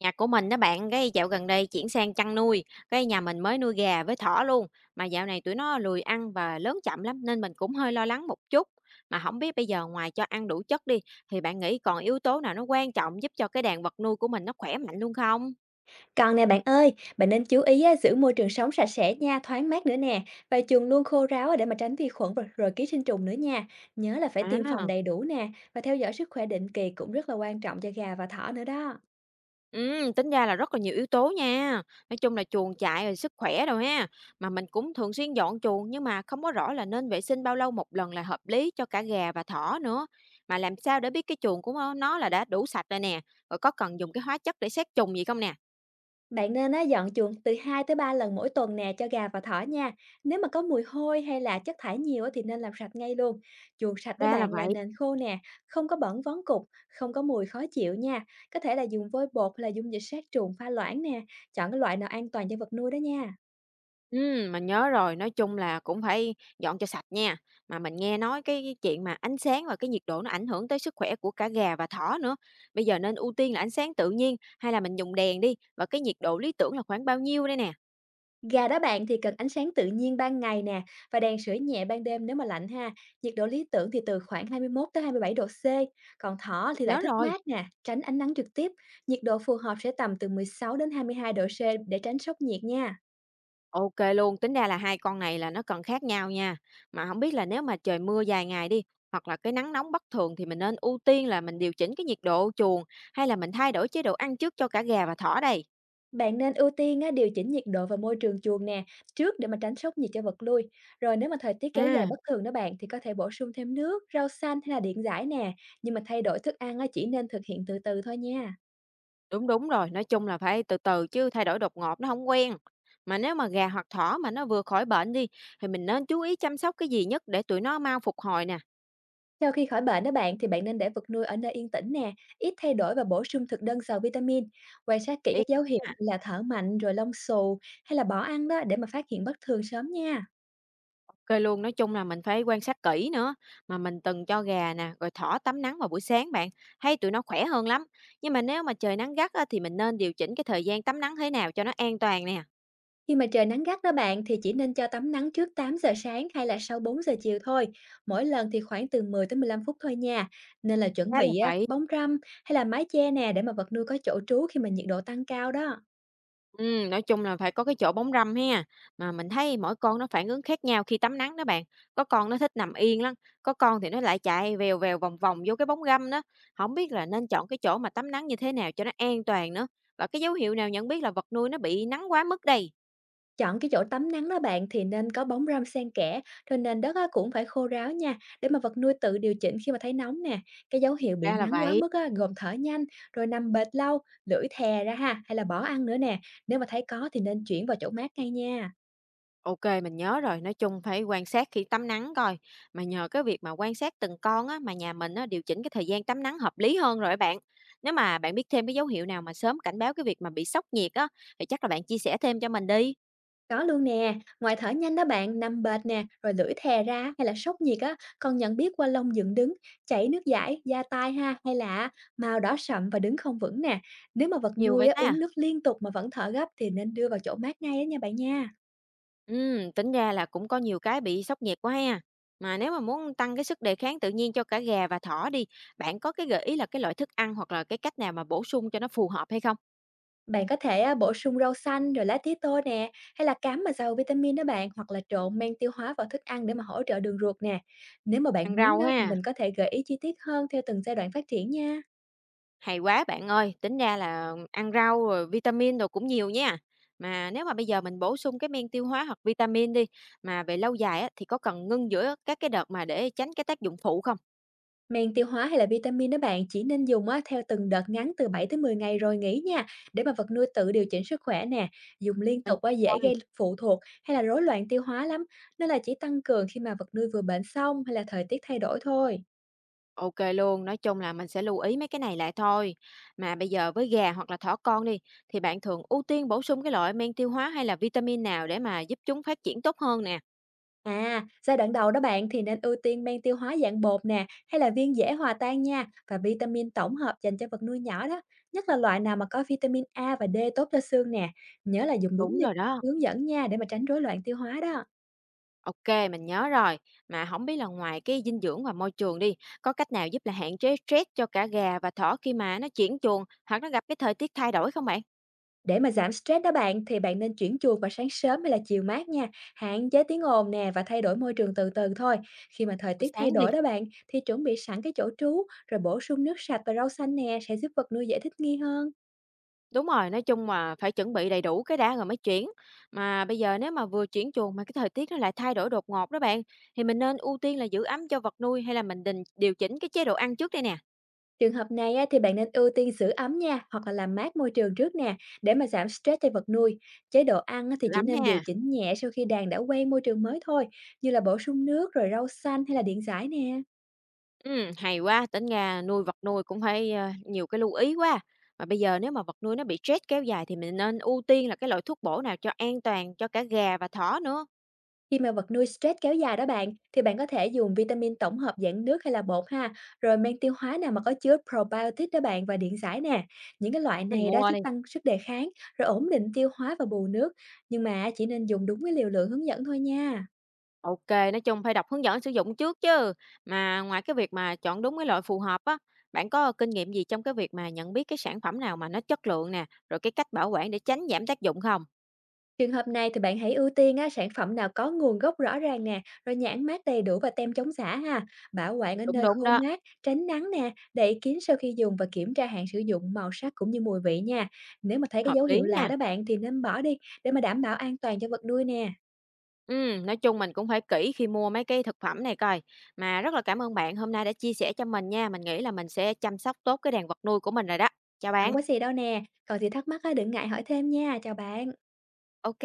Nhà của mình đó bạn, cái dạo gần đây chuyển sang chăn nuôi, cái nhà mình mới nuôi gà với thỏ luôn, mà dạo này tụi nó lười ăn và lớn chậm lắm nên mình cũng hơi lo lắng một chút. Mà không biết bây giờ ngoài cho ăn đủ chất đi thì bạn nghĩ còn yếu tố nào nó quan trọng giúp cho cái đàn vật nuôi của mình nó khỏe mạnh luôn không? Còn nè bạn ơi, bạn nên chú ý á, giữ môi trường sống sạch sẽ nha, thoáng mát nữa nè. Và chuồng luôn khô ráo á, để mà tránh vi khuẩn rồi ký sinh trùng nữa nha. Nhớ là phải tiêm phòng À. đầy đủ nè và theo dõi sức khỏe định kỳ cũng rất là quan trọng cho gà và thỏ nữa đó. Tính ra là rất là nhiều yếu tố nha. Nói chung là chuồng trại rồi sức khỏe đồ ha. Mà mình cũng thường xuyên dọn chuồng nhưng mà không có rõ là nên vệ sinh bao lâu một lần là hợp lý cho cả gà và thỏ nữa. Mà làm sao để biết cái chuồng của nó là đã đủ sạch rồi nè, rồi có cần dùng cái hóa chất để sát trùng gì không nè? Bạn nên á, dọn chuồng từ 2 tới 3 lần mỗi tuần nè cho gà và thỏ nha. Nếu mà có mùi hôi hay là chất thải nhiều á, thì nên làm sạch ngay luôn. Chuồng sạch đó Ra là bạn là vậy. nền khô nè, không có bẩn vón cục, không có mùi khó chịu nha. Có thể là dùng vôi bột hay là dung dịch sát trùng pha loãng nè. Chọn cái loại nào an toàn cho vật nuôi đó nha. Mình nhớ rồi, nói chung là cũng phải dọn cho sạch nha. Mà mình nghe nói cái chuyện mà ánh sáng và cái nhiệt độ nó ảnh hưởng tới sức khỏe của cả gà và thỏ nữa. Bây giờ nên ưu tiên là ánh sáng tự nhiên hay là mình dùng đèn đi và cái nhiệt độ lý tưởng là khoảng bao nhiêu đây nè. Gà đó bạn thì cần ánh sáng tự nhiên ban ngày nè và đèn sưởi nhẹ ban đêm nếu mà lạnh ha. Nhiệt độ lý tưởng thì từ khoảng 21 tới 27 độ C. Còn thỏ Mình thì lại nhớ thích rồi. mát nè, tránh ánh nắng trực tiếp. Nhiệt độ phù hợp sẽ tầm từ 16 đến 22 độ C để tránh sốc nhiệt nha. Ok luôn, tính ra là hai con này là nó cần khác nhau nha. Mà không biết là nếu mà trời mưa dài ngày đi hoặc là cái nắng nóng bất thường thì mình nên ưu tiên là mình điều chỉnh cái nhiệt độ chuồng hay là mình thay đổi chế độ ăn trước cho cả gà và thỏ đây. Bạn nên ưu tiên á, điều chỉnh nhiệt độ và môi trường chuồng nè trước để mà tránh sốc nhiệt cho vật nuôi. Rồi nếu mà thời tiết kéo dài À. bất thường đó bạn thì có thể bổ sung thêm nước, rau xanh hay là điện giải nè. Nhưng mà thay đổi thức ăn á, chỉ nên thực hiện từ từ thôi nha. Đúng, đúng rồi, nói chung là phải từ từ chứ thay đổi đột ngột nó không quen. Mà nếu mà gà hoặc thỏ mà nó vừa khỏi bệnh đi, thì mình nên chú ý chăm sóc cái gì nhất để tụi nó mau phục hồi nè? Sau khi khỏi bệnh đó bạn thì bạn nên để vật nuôi ở nơi yên tĩnh nè, ít thay đổi và bổ sung thực đơn giàu vitamin. Quan sát kỹ Y các dấu hiệu nha. như là thở mạnh rồi lông xù hay là bỏ ăn đó để mà phát hiện bất thường sớm nha. OK luôn, nói chung là mình phải quan sát kỹ nữa. Mà mình từng cho gà nè, rồi thỏ tắm nắng vào buổi sáng bạn, thấy tụi nó khỏe hơn lắm. Nhưng mà nếu mà trời nắng gắt á, thì mình nên điều chỉnh cái thời gian tắm nắng thế nào cho nó an toàn nè? Khi mà trời nắng gắt đó bạn thì chỉ nên cho tắm nắng trước 8 giờ sáng hay là sau 4 giờ chiều thôi. Mỗi lần thì khoảng từ 10 tới 15 phút thôi nha. Nên là chuẩn Chắc là bị á, phải. bóng râm hay là mái che nè để mà vật nuôi có chỗ trú khi mà nhiệt độ tăng cao đó. Nói chung là phải có cái chỗ bóng râm ha, mà mình thấy mỗi con nó phản ứng khác nhau khi tắm nắng đó bạn. Có con nó thích nằm yên lắm, có con thì nó lại chạy vèo vèo vòng vòng vô cái bóng râm đó. Không biết là nên chọn cái chỗ mà tắm nắng như thế nào cho nó an toàn nữa. Và cái dấu hiệu nào nhận biết là vật nuôi nó bị nắng quá mức đây? Chọn cái chỗ tắm nắng đó bạn thì nên có bóng râm xen kẽ, rồi nền đất á, cũng phải khô ráo nha, để mà vật nuôi tự điều chỉnh khi mà thấy nóng nè. Cái dấu hiệu bị Ra là nắng quá vậy. mức á, gồm thở nhanh, rồi nằm bệt lâu, lưỡi thè ra ha, hay là bỏ ăn nữa nè. Nếu mà thấy có thì nên chuyển vào chỗ mát ngay nha. OK, mình nhớ rồi, nói chung phải quan sát khi tắm nắng coi. Mà nhờ cái việc mà quan sát từng con á, mà nhà mình á, điều chỉnh cái thời gian tắm nắng hợp lý hơn rồi á bạn. Nếu mà bạn biết thêm cái dấu hiệu nào mà sớm cảnh báo cái việc mà bị sốc nhiệt á, thì chắc là bạn chia sẻ thêm cho mình đi. Có luôn nè, ngoài thở nhanh đó bạn, nằm bệt nè, rồi lưỡi thè ra hay là sốc nhiệt á, còn nhận biết qua lông dựng đứng, chảy nước dãi, da tai ha, hay là màu đỏ sậm và đứng không vững nè. Nếu mà vật Nhiều nuôi vậy á, ta? uống nước liên tục mà vẫn thở gấp thì nên đưa vào chỗ mát ngay á nha. Tính ra là cũng có nhiều cái bị sốc nhiệt quá ha. Mà nếu mà muốn tăng cái sức đề kháng tự nhiên cho cả gà và thỏ đi, bạn có cái gợi ý là cái loại thức ăn hoặc là cái cách nào mà bổ sung cho nó phù hợp hay không? Bạn có thể á, bổ sung rau xanh rồi lá tía tô nè, hay là cám mà giàu vitamin đó bạn, hoặc là trộn men tiêu hóa vào thức ăn để mà hỗ trợ đường ruột nè. Nếu mà bạn Ăn muốn rau đó thì ha. mình có thể gợi ý chi tiết hơn theo từng giai đoạn phát triển nha. Hay quá bạn ơi, tính ra là ăn rau rồi vitamin rồi cũng nhiều nha. Mà nếu mà bây giờ mình bổ sung cái men tiêu hóa hoặc vitamin đi, mà về lâu dài á, thì có cần ngưng giữa các cái đợt mà để tránh cái tác dụng phụ không? Men tiêu hóa hay là vitamin đó bạn chỉ nên dùng á, theo từng đợt ngắn từ 7 tới 10 ngày rồi nghỉ nha để mà vật nuôi tự điều chỉnh sức khỏe nè. Dùng liên Mình tục á, dễ thôi, gây phụ thuộc hay là rối loạn tiêu hóa lắm, nên là chỉ tăng cường khi mà vật nuôi vừa bệnh xong hay là thời tiết thay đổi thôi. ok luôn, nói chung là mình sẽ lưu ý mấy cái này lại thôi. Mà bây giờ với gà hoặc là thỏ con đi, thì bạn thường ưu tiên bổ sung cái loại men tiêu hóa hay là vitamin nào để mà giúp chúng phát triển tốt hơn nè? À, giai đoạn đầu đó bạn thì nên ưu tiên men tiêu hóa dạng bột nè hay là viên dễ hòa tan nha, và vitamin tổng hợp dành cho vật nuôi nhỏ đó, nhất là loại nào mà có vitamin A và D tốt cho xương nè. Nhớ là dùng đúng Đúng điều rồi đó. hướng dẫn nha để mà tránh rối loạn tiêu hóa đó. OK, mình nhớ rồi. Mà không biết là ngoài cái dinh dưỡng và môi trường đi, có cách nào giúp là hạn chế stress cho cả gà và thỏ khi mà nó chuyển chuồng hoặc nó gặp cái thời tiết thay đổi không bạn? Để mà giảm stress đó bạn thì bạn nên chuyển chuồng vào sáng sớm hay là chiều mát nha, hạn chế tiếng ồn nè và thay đổi môi trường từ từ thôi. Khi mà thời Buổi tiết thay sáng đi. đổi đó bạn thì chuẩn bị sẵn cái chỗ trú rồi bổ sung nước sạch và rau xanh nè sẽ giúp vật nuôi dễ thích nghi hơn. Đúng rồi, nói chung mà phải chuẩn bị đầy đủ cái đã rồi mới chuyển. Mà bây giờ nếu mà vừa chuyển chuồng mà cái thời tiết nó lại thay đổi đột ngột đó bạn, thì mình nên ưu tiên là giữ ấm cho vật nuôi hay là mình định điều chỉnh cái chế độ ăn trước đây nè? Trường hợp này á, thì bạn nên ưu tiên giữ ấm nha hoặc là làm mát môi trường trước nè để mà giảm stress cho vật nuôi. Chế độ ăn á, thì Giữ chỉ ấm nên điều ha. chỉnh nhẹ sau khi đàn đã quen môi trường mới thôi, như là bổ sung nước rồi rau xanh hay là điện giải nè. Hay quá, tính ra nuôi vật nuôi cũng phải, nhiều cái lưu ý quá. Mà bây giờ nếu mà vật nuôi nó bị stress kéo dài thì mình nên ưu tiên là cái loại thuốc bổ nào cho an toàn cho cả gà và thỏ nữa, Khi mà vật nuôi stress kéo dài đó bạn, thì bạn có thể dùng vitamin tổng hợp dạng nước hay là bột ha, rồi men tiêu hóa nào mà có chứa probiotic đó bạn và điện giải nè. Những cái loại mình này đó mua giúp đi. tăng sức đề kháng, rồi ổn định tiêu hóa và bù nước, nhưng mà chỉ nên dùng đúng cái liều lượng hướng dẫn thôi nha. Ok, nói chung phải đọc hướng dẫn sử dụng trước chứ. Mà ngoài cái việc mà chọn đúng cái loại phù hợp á, bạn có kinh nghiệm gì trong cái việc mà nhận biết cái sản phẩm nào mà nó chất lượng nè, rồi cái cách bảo quản để tránh giảm tác dụng không? Trường hợp này thì bạn hãy ưu tiên á, sản phẩm nào có nguồn gốc rõ ràng nè, rồi nhãn mác đầy đủ và tem chống giả ha. Bảo quản ở Đúng, nơi đúng khô đó, mát, tránh nắng nè, đậy kín sau khi dùng và kiểm tra hạn sử dụng, màu sắc cũng như mùi vị nha. Nếu mà thấy cái hợp dấu lý hiệu lạ nha. đó bạn thì nên bỏ đi để mà đảm bảo an toàn cho vật nuôi nè. Ừ, nói chung mình cũng phải kỹ khi mua mấy cái thực phẩm này coi. Mà rất là cảm ơn bạn hôm nay đã chia sẻ cho mình nha. Mình nghĩ là mình sẽ chăm sóc tốt cái đàn vật nuôi của mình rồi đó. Chào Không bạn. có gì đâu nè. Còn gì thắc mắc á, đừng ngại hỏi thêm nha. Chào bạn. Ok,